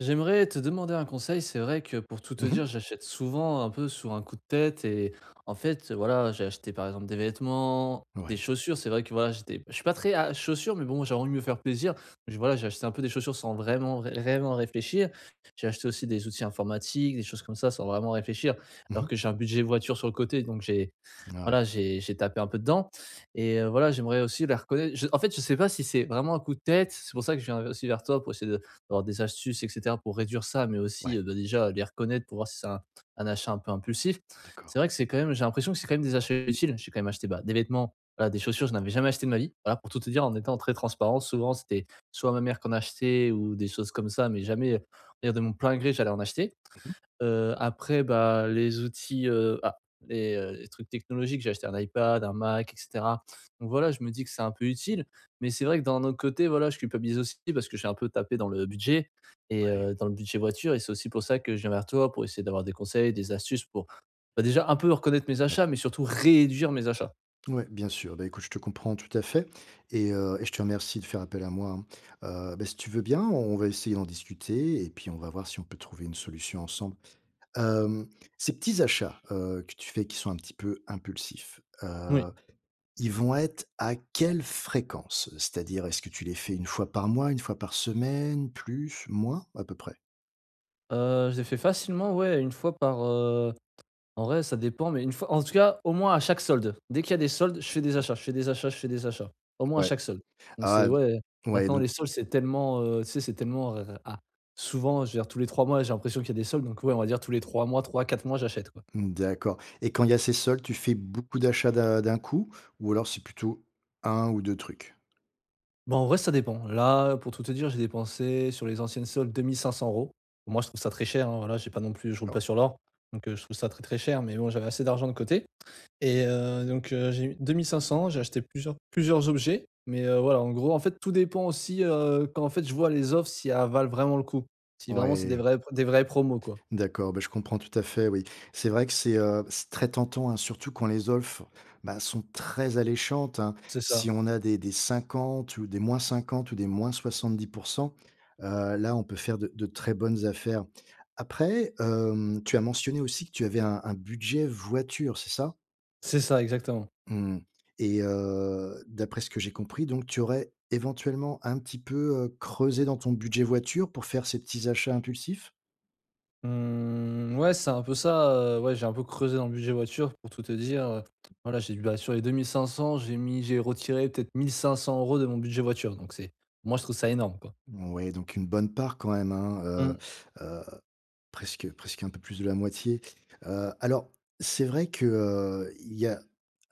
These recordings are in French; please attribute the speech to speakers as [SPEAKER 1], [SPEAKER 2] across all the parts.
[SPEAKER 1] J'aimerais te demander un conseil. C'est vrai que pour tout te
[SPEAKER 2] Mmh mh.
[SPEAKER 1] dire, j'achète souvent un peu sur un coup de tête et en fait, voilà, j'ai acheté par exemple des vêtements, des
[SPEAKER 2] Ouais.
[SPEAKER 1] chaussures. C'est vrai que voilà, je suis pas très à chaussures, mais bon, j'ai envie de me faire plaisir. Voilà, j'ai acheté un peu des chaussures sans vraiment, vraiment réfléchir. J'ai acheté aussi des outils informatiques, des choses comme ça, sans vraiment réfléchir.
[SPEAKER 2] Mmh
[SPEAKER 1] Alors
[SPEAKER 2] mh.
[SPEAKER 1] que j'ai un budget voiture sur le côté, donc j'ai
[SPEAKER 2] Ouais,
[SPEAKER 1] voilà, j'ai tapé un peu dedans et voilà, j'aimerais aussi les reconnaître. Je En fait, je sais pas si c'est vraiment un coup de tête, c'est pour ça que je viens aussi vers toi pour essayer de d'avoir des astuces et cetera pour réduire ça, mais aussi,
[SPEAKER 2] ouais,
[SPEAKER 1] bah, déjà les reconnaître pour voir si c'est un achat un peu impulsif. C'est
[SPEAKER 2] d'accord.
[SPEAKER 1] vrai que c'est quand même j'ai l'impression que c'est quand même des achats utiles. J'ai quand même acheté, bah, des vêtements, voilà, des chaussures, je n'avais jamais acheté de ma vie. Voilà, pour tout te dire, en étant très transparent, souvent c'était soit ma mère qui achetait ou des choses comme ça, mais jamais, on va dire de mon plein gré, j'allais en acheter.
[SPEAKER 2] Mmh mh.
[SPEAKER 1] Après, bah, les outils, les trucs technologiques, j'ai acheté un iPad, un Mac et cetera. Donc voilà, je me dis que c'est un peu utile, mais c'est vrai que d'un autre côté, voilà, je culpabilise aussi parce que j'ai un peu tapé dans le budget et
[SPEAKER 2] Ouais,
[SPEAKER 1] dans le budget voiture et c'est aussi pour ça que je viens vers toi pour essayer d'avoir des conseils, des astuces pour, bah, déjà un peu reconnaître mes achats, mais
[SPEAKER 2] d'accord.
[SPEAKER 1] surtout réduire mes achats.
[SPEAKER 2] Ouais, bien sûr. Bah, écoute, je te comprends tout à fait et je te remercie de faire appel à moi, hein. Bah, si tu veux bien, on va essayer d'en discuter et puis on va voir si on peut trouver une solution ensemble. Hem, Ces petits achats, que tu fais qui sont un petit peu impulsifs,
[SPEAKER 1] Oui.
[SPEAKER 2] ils vont être à quelle fréquence? C'est-à-dire, est-ce que tu les fais une fois par mois, une fois par semaine, plus, moins, à peu près?
[SPEAKER 1] Je les fais facilement, ouais, en vrai, ça dépend, mais une fois en tout cas, au moins à chaque solde. Dès qu'il y a des soldes, je fais des achats, je fais des achats, je fais des achats. Au moins à
[SPEAKER 2] Ouais.
[SPEAKER 1] chaque solde. Donc c'est
[SPEAKER 2] Ah d
[SPEAKER 1] ouais,
[SPEAKER 2] Ouais,
[SPEAKER 1] maintenant les
[SPEAKER 2] donc
[SPEAKER 1] soldes, c'est tellement, tu sais, c'est tellement, souvent, je veux dire tous les 3 mois, j'ai l'impression qu'il y a des soldes, donc ouais, on va dire tous les 3 mois, 3 4 mois, j'achète, quoi.
[SPEAKER 2] d'accord. Et quand il y a ces soldes, tu fais beaucoup d'achats d'un coup ou alors c'est plutôt un ou deux trucs?
[SPEAKER 1] Bah, en vrai, ça dépend. Là, pour tout te dire, j'ai dépensé sur les anciennes soldes 2 500 €. Moi, je trouve ça très cher, hein, voilà, j'ai pas non plus, je roule pas
[SPEAKER 2] D'accord.
[SPEAKER 1] sur l'or, donc je trouve ça très, très cher, mais bon, j'avais assez d'argent de côté. Et donc j'ai eu 2 500. J'ai acheté plusieurs objets, mais voilà, en gros, en fait, tout dépend aussi, quand, en fait, je vois les offres si elles valent vraiment le coup. Si vraiment c'est des
[SPEAKER 2] Ouais,
[SPEAKER 1] vrais des vrais promos, quoi.
[SPEAKER 2] d'accord, bah, je comprends tout à fait, oui. C'est vrai que c'est très tentant, hein, surtout quand les offres, bah, sont très alléchantes, hein.
[SPEAKER 1] C'est ça.
[SPEAKER 2] Si on a des 50 ou des -50 ou des -70 là, on peut faire de très bonnes affaires. Après, tu as mentionné aussi que tu avais un budget voiture, c'est ça?
[SPEAKER 1] C'est ça, exactement.
[SPEAKER 2] Mmh. Et d'après ce que j'ai compris, donc tu aurais éventuellement un petit peu, creusé dans ton budget voiture pour faire ces petits achats impulsifs?
[SPEAKER 1] Mmh, ouais, c'est un peu ça, ouais, j'ai un peu creusé dans le budget voiture pour tout te dire, voilà, j'ai dû bah, sur les 2 500. J'ai mis j'ai retiré peut-être 1 500 euros de mon budget voiture, donc c'est moi, je trouve ça énorme, quoi.
[SPEAKER 2] Ouais, donc une bonne part quand même, hein,
[SPEAKER 1] Mmh,
[SPEAKER 2] heu, presque un peu plus de la moitié. Alors c'est vrai que, il y a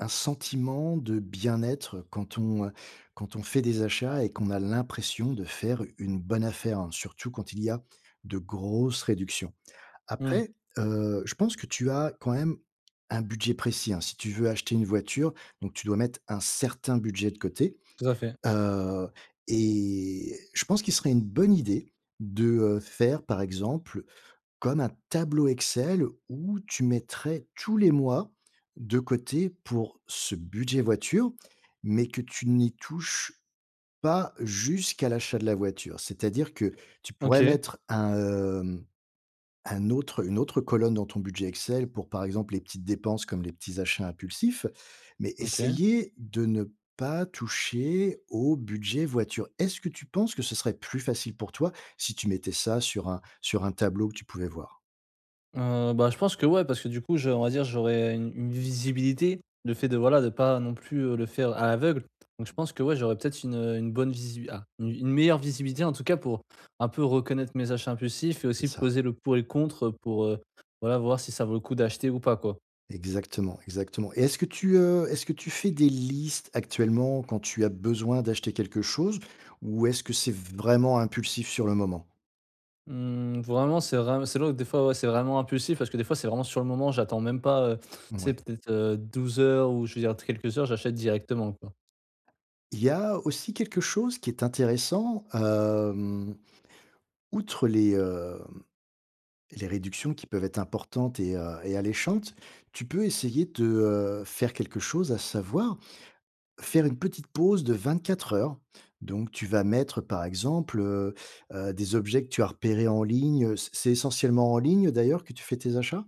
[SPEAKER 2] un sentiment de bien-être quand on fait des achats et qu'on a l'impression de faire une bonne affaire, hein, surtout quand il y a de grosses réductions.
[SPEAKER 1] mmh,
[SPEAKER 2] Après, je pense que tu as quand même un budget précis, hein. Si tu veux acheter une voiture, donc tu dois mettre un certain budget de côté,
[SPEAKER 1] tout à fait.
[SPEAKER 2] heu et je pense qu'il serait une bonne idée de, faire, par exemple, comme un tableau Excel où tu mettrais tous les mois de côté pour ce budget voiture, mais que tu n'y touches pas jusqu'à l'achat de la voiture. C'est-à-dire que tu pourrais
[SPEAKER 1] OK,
[SPEAKER 2] mettre un, hem un autre une autre colonne dans ton budget Excel pour, par exemple, les petites dépenses comme les petits achats impulsifs, mais
[SPEAKER 1] OK.
[SPEAKER 2] essayer de ne pas toucher au budget voiture. Est-ce que tu penses que ce serait plus facile pour toi si tu mettais ça sur un tableau que tu pouvais voir?
[SPEAKER 1] Bah, je pense que ouais, parce que du coup, je on va dire, j'aurais une visibilité, le fait de voilà, de pas non plus, le faire à l'aveugle. Donc je pense que ouais, j'aurais peut-être une bonne visibilité, une meilleure visibilité en tout cas pour un peu reconnaître mes achats impulsifs et
[SPEAKER 2] C'est
[SPEAKER 1] aussi
[SPEAKER 2] ça.
[SPEAKER 1] poser le pour et le contre, pour, voilà, voir si ça vaut le coup d'acheter ou pas, quoi.
[SPEAKER 2] Exactement, exactement. Et est-ce que tu fais des listes actuellement quand tu as besoin d'acheter quelque chose ou est-ce que c'est vraiment impulsif sur le moment?
[SPEAKER 1] Mmh, vraiment, c'est là où des fois, ouais, c'est vraiment impulsif parce que des fois, c'est vraiment sur le moment, j'attends même pas, tu sais
[SPEAKER 2] Ouais.
[SPEAKER 1] peut-être, 12 heures ou je veux dire quelques heures, j'achète directement, quoi.
[SPEAKER 2] Il y a aussi quelque chose qui est intéressant. Hem Outre les réductions qui peuvent être importantes et alléchantes, tu peux essayer de, faire quelque chose, à savoir faire une petite pause de 24 heures. Donc tu vas mettre, par exemple, des objets que tu as repérés en ligne, c'est essentiellement en ligne d'ailleurs que tu fais tes achats?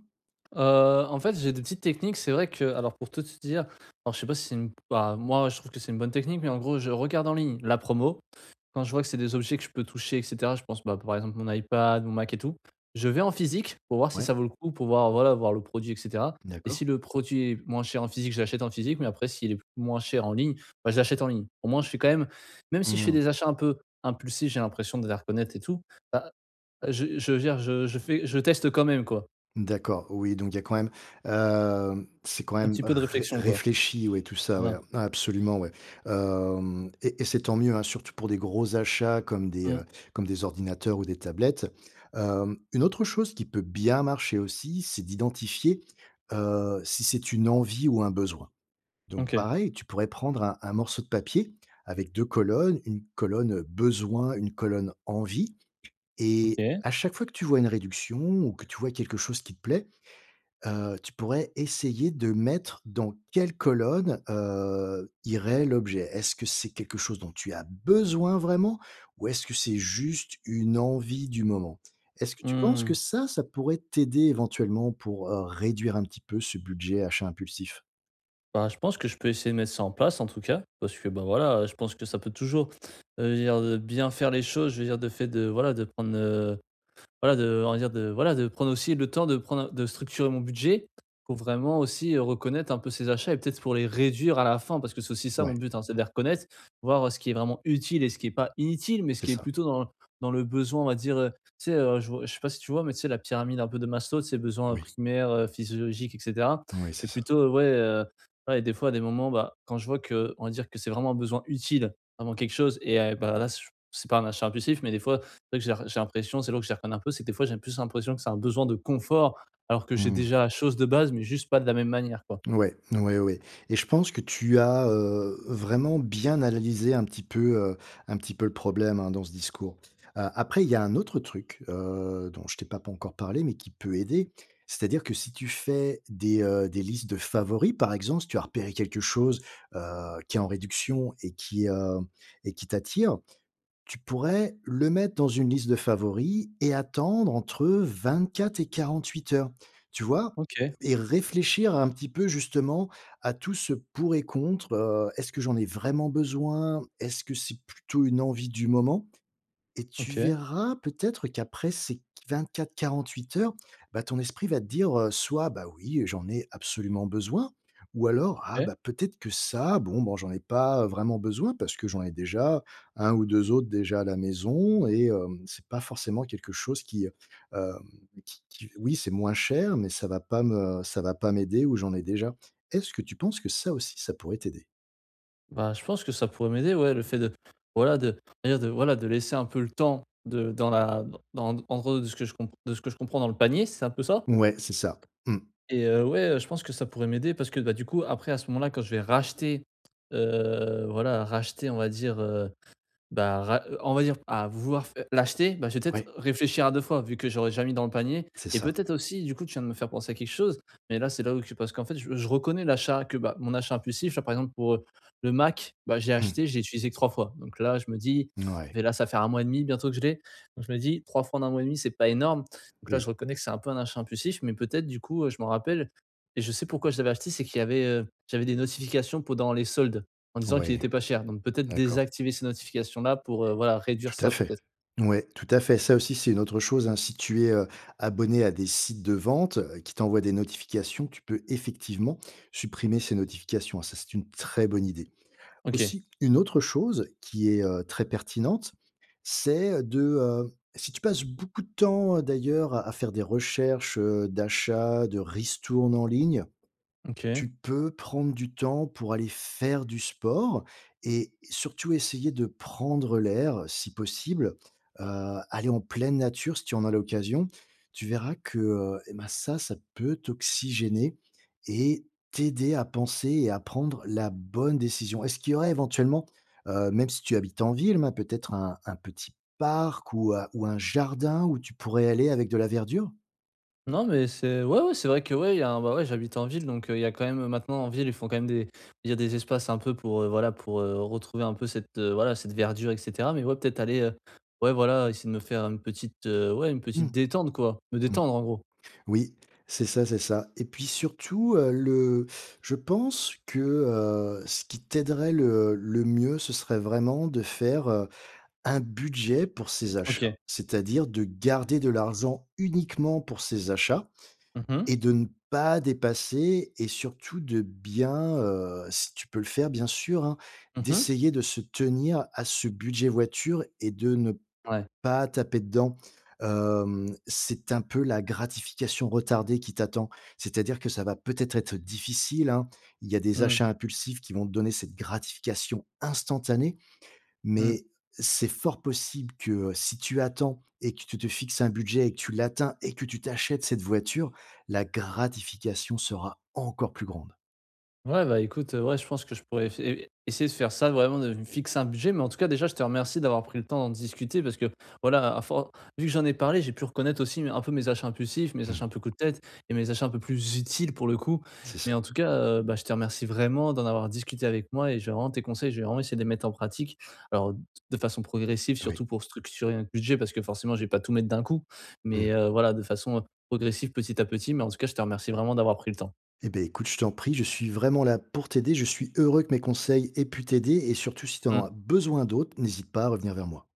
[SPEAKER 1] En fait, j'ai des petites techniques. C'est vrai que alors pour tout te dire, alors je sais pas si c'est une bah, moi, je trouve que c'est une bonne technique, mais en gros, je regarde en ligne la promo. Quand je vois que c'est des objets que je peux toucher et cetera, je pense, bah, par exemple, mon iPad, mon Mac et tout. Je vais en physique pour voir si
[SPEAKER 2] Ouais,
[SPEAKER 1] ça vaut le coup, pour voir, voilà, voir le produit et cetera, et
[SPEAKER 2] d'accord.
[SPEAKER 1] si le produit est moins cher en physique, je l'achète en physique, mais après s'il est moins cher en ligne, bah, je l'achète en ligne. Au moins, je fais quand même, même si je fais
[SPEAKER 2] Mmh.
[SPEAKER 1] des achats un peu impulsifs, j'ai l'impression de les reconnaître et tout, bah, je veux dire, je teste quand même, quoi.
[SPEAKER 2] D'accord, oui, donc il y a quand même, c'est quand
[SPEAKER 1] Un
[SPEAKER 2] même
[SPEAKER 1] petit peu de
[SPEAKER 2] ré
[SPEAKER 1] réflexion, quoi.
[SPEAKER 2] réfléchi, ouais, tout ça, ouais,
[SPEAKER 1] Voilà.
[SPEAKER 2] ah, absolument, ouais. Hem et c'est tant mieux, hein, surtout pour des gros achats comme des,
[SPEAKER 1] Mmh.
[SPEAKER 2] heu, comme des ordinateurs ou des tablettes. Une autre chose qui peut bien marcher aussi, c'est d'identifier, si c'est une envie ou un besoin. Donc
[SPEAKER 1] OK,
[SPEAKER 2] pareil, tu pourrais prendre un morceau de papier avec 2 colonnes, une colonne, besoin, une colonne envie, et
[SPEAKER 1] OK.
[SPEAKER 2] à chaque fois que tu vois une réduction ou que tu vois quelque chose qui te plaît, tu pourrais essayer de mettre dans quelle colonne, irait l'objet. Est-ce que c'est quelque chose dont tu as besoin vraiment ou est-ce que c'est juste une envie du moment? Est-ce que tu penses que
[SPEAKER 1] Mmh.
[SPEAKER 2] ça pourrait t'aider éventuellement pour, réduire un petit peu ce budget achat impulsif?
[SPEAKER 1] Bah, je pense que je peux essayer de mettre ça en place en tout cas, parce que, bah, voilà, je pense que ça peut toujours, je veux dire, bien faire les choses, je veux dire, de fait de, voilà, de prendre, voilà, de on va dire de voilà, de prendre aussi le temps de prendre de structurer mon budget pour vraiment aussi, reconnaître un peu ces achats et peut-être pour les réduire à la fin parce que c'est aussi ça mon
[SPEAKER 2] Ouais,
[SPEAKER 1] but, hein, c'est de les reconnaître, voir ce qui est vraiment utile et ce qui est pas inutile, mais ce
[SPEAKER 2] c'est
[SPEAKER 1] qui est
[SPEAKER 2] ça.
[SPEAKER 1] plutôt dans le besoin, on va dire, tu sais, je vois sais pas si tu vois, mais tu sais la pyramide un peu de Maslow, tu besoins,
[SPEAKER 2] Oui,
[SPEAKER 1] primaires, physiologiques et cetera,
[SPEAKER 2] oui, c'est
[SPEAKER 1] et
[SPEAKER 2] ça.
[SPEAKER 1] plutôt ouais, ouais, et des fois à des moments, bah, quand je vois que, on va dire, que c'est vraiment un besoin utile, vraiment quelque chose et bah, là, c'est pas un achat impulsif, mais des fois c'est vrai que j'ai l'impression, c'est là que je les reconnais un peu, c'est que des fois, j'ai plus l'impression que c'est un besoin de confort, alors que j'ai
[SPEAKER 2] Mmh.
[SPEAKER 1] déjà la chose de base, mais juste pas de la même manière, quoi.
[SPEAKER 2] Ouais, ouais, ouais ouais. Et je pense que tu as, vraiment bien analysé un petit peu le problème, hein, dans ce discours. Après il y a un autre truc, dont je t'ai pas encore parlé, mais qui peut aider. C'est-à-dire que si tu fais des listes de favoris, par exemple, si tu as repéré quelque chose, heu, qui est en réduction et qui t'attire, tu pourrais le mettre dans une liste de favoris et attendre entre 24 et 48 heures, tu vois?
[SPEAKER 1] OK,
[SPEAKER 2] Et réfléchir un petit peu justement à tout ce pour et contre: «Est-ce que j'en ai vraiment besoin? Est-ce que c'est plutôt une envie du moment?» Et tu
[SPEAKER 1] OK,
[SPEAKER 2] verras peut-être qu'après ces 24 48 heures, bah, ton esprit va te dire, soit: «Bah, oui, j'en ai absolument besoin», ou alors: «Ah,
[SPEAKER 1] OK.
[SPEAKER 2] bah, peut-être que ça, bon, ben, j'en ai pas vraiment besoin parce que j'en ai déjà un ou 2 autres déjà à la maison et c'est pas forcément quelque chose qui oui, c'est moins cher, mais ça va pas m'aider ou j'en ai déjà». Est-ce que tu penses que ça aussi, ça pourrait t'aider?
[SPEAKER 1] Bah, je pense que ça pourrait m'aider, ouais, le fait de voilà, de on va dire de voilà, de laisser un peu le temps de dans, en gros, de ce que je comprends dans le panier, c'est un peu ça?
[SPEAKER 2] Ouais, c'est ça. Mmh.
[SPEAKER 1] Et ouais, je pense que ça pourrait m'aider parce que, bah, du coup, après à ce moment-là, quand je vais racheter, voilà, racheter, on va dire, bah, ra on va dire, à vouloir f l'acheter, bah, je vais peut-être
[SPEAKER 2] Ouais,
[SPEAKER 1] réfléchir à 2 fois vu que j'aurais jamais mis dans le panier
[SPEAKER 2] c'est
[SPEAKER 1] et
[SPEAKER 2] ça.
[SPEAKER 1] peut-être aussi du coup tu viens de me faire penser à quelque chose, mais là c'est là où que parce qu'en fait je reconnais l'achat que, bah, mon achat impulsif là par exemple pour, le Mac, bah,
[SPEAKER 2] Mmh.
[SPEAKER 1] j'ai utilisé que 3 fois, donc là je me dis,
[SPEAKER 2] Ouais.
[SPEAKER 1] mais là ça fait un mois et demi bientôt que je l'ai, donc je me dis 3 fois en un mois et demi c'est pas énorme, donc là je
[SPEAKER 2] Oui.
[SPEAKER 1] reconnais que c'est un peu un achat impulsif, mais peut-être du coup, je m'en rappelle et je sais pourquoi je l'avais acheté, c'est qu'il y avait, j'avais des notifications pendant les soldes en disant qu'il
[SPEAKER 2] Ouais.
[SPEAKER 1] était pas cher, donc peut-être
[SPEAKER 2] D'accord.
[SPEAKER 1] désactiver ces notifications-là pour, voilà, réduire
[SPEAKER 2] Tout à
[SPEAKER 1] ça
[SPEAKER 2] fait.
[SPEAKER 1] peut-être.
[SPEAKER 2] Ouais, tout à fait. Ça aussi, c'est une autre chose, hein. Si tu es, abonné à des sites de vente, qui t'envoient des notifications, tu peux effectivement supprimer ces notifications, hein. Ça, c'est une très bonne idée.
[SPEAKER 1] OK,
[SPEAKER 2] Aussi, une autre chose qui est, très pertinente, c'est de, si tu passes beaucoup de temps, d'ailleurs à faire des recherches, d'achat, de ristournes en ligne,
[SPEAKER 1] OK.
[SPEAKER 2] tu peux prendre du temps pour aller faire du sport et surtout essayer de prendre l'air si possible, aller en pleine nature si tu en as l'occasion. Tu verras que, et bah, ça peut t'oxygéner et t'aider à penser et à prendre la bonne décision. Est-ce qu'il y aurait éventuellement, même si tu habites en ville, mais peut-être un petit parc ou un jardin où tu pourrais aller avec de la verdure?
[SPEAKER 1] Non, mais c'est ouais, ouais, c'est vrai que, ouais, il y a un bah, ouais, j'habite en ville, donc il y a quand même, maintenant en ville, ils font quand même des il y a des espaces un peu pour, voilà, pour, retrouver un peu cette, voilà, cette verdure et cetera. Mais ouais, peut-être aller, ouais, voilà, essayer de me faire une petite, ouais, une petite
[SPEAKER 2] Mmh.
[SPEAKER 1] détente, quoi. Me détendre, en gros.
[SPEAKER 2] Oui, c'est ça, c'est ça. Et puis surtout, le je pense que, ce qui t'aiderait le mieux, ce serait vraiment de faire, un budget pour ses
[SPEAKER 1] OK.
[SPEAKER 2] achats. C'est-à-dire de garder de l'argent uniquement pour ses achats
[SPEAKER 1] Mmh mh.
[SPEAKER 2] et de ne pas dépasser et surtout de bien, si tu peux le faire bien sûr, hein,
[SPEAKER 1] Mmh.
[SPEAKER 2] d'essayer de se tenir à ce budget voiture et de ne
[SPEAKER 1] Ouais.
[SPEAKER 2] pas taper dedans. C'est un peu la gratification retardée qui t'attend. C'est-à-dire que ça va peut-être être difficile, hein. Il y a des
[SPEAKER 1] Mmh.
[SPEAKER 2] achats impulsifs qui vont te donner cette gratification instantanée,
[SPEAKER 1] Mmh.
[SPEAKER 2] mais c'est fort possible que, si tu attends et que tu te fixes un budget et que tu l'atteins et que tu t'achètes cette voiture, la gratification sera encore plus grande.
[SPEAKER 1] Ouais, bah, écoute, ouais, je pense que je pourrais essayer de faire ça, vraiment de me fixer un budget. Mais en tout cas, déjà, je te remercie d'avoir pris le temps d'en discuter parce que, voilà, à for vu que j'en ai parlé, j'ai pu reconnaître aussi un peu mes achats impulsifs, mes
[SPEAKER 2] Mmh,
[SPEAKER 1] achats un peu coup de tête et mes achats un peu plus utiles pour le coup.
[SPEAKER 2] c'est
[SPEAKER 1] Mais
[SPEAKER 2] ça,
[SPEAKER 1] en tout cas, bah, je te remercie vraiment d'en avoir discuté avec moi et je vais vraiment essayer de les mettre en pratique. Alors, de façon progressive,
[SPEAKER 2] oui.
[SPEAKER 1] surtout pour structurer un budget parce que forcément, je vais pas tout mettre d'un coup.
[SPEAKER 2] Mmh.
[SPEAKER 1] Mais, voilà, de façon progressive, petit à petit. Mais en tout cas, je te remercie vraiment d'avoir pris le temps.
[SPEAKER 2] Eh beh, écoute, je t'en prie, je suis vraiment là pour t'aider. Je suis heureux que mes conseils aient pu t'aider et surtout si tu en
[SPEAKER 1] Mmh.
[SPEAKER 2] as besoin d'autres, n'hésite pas à revenir vers moi.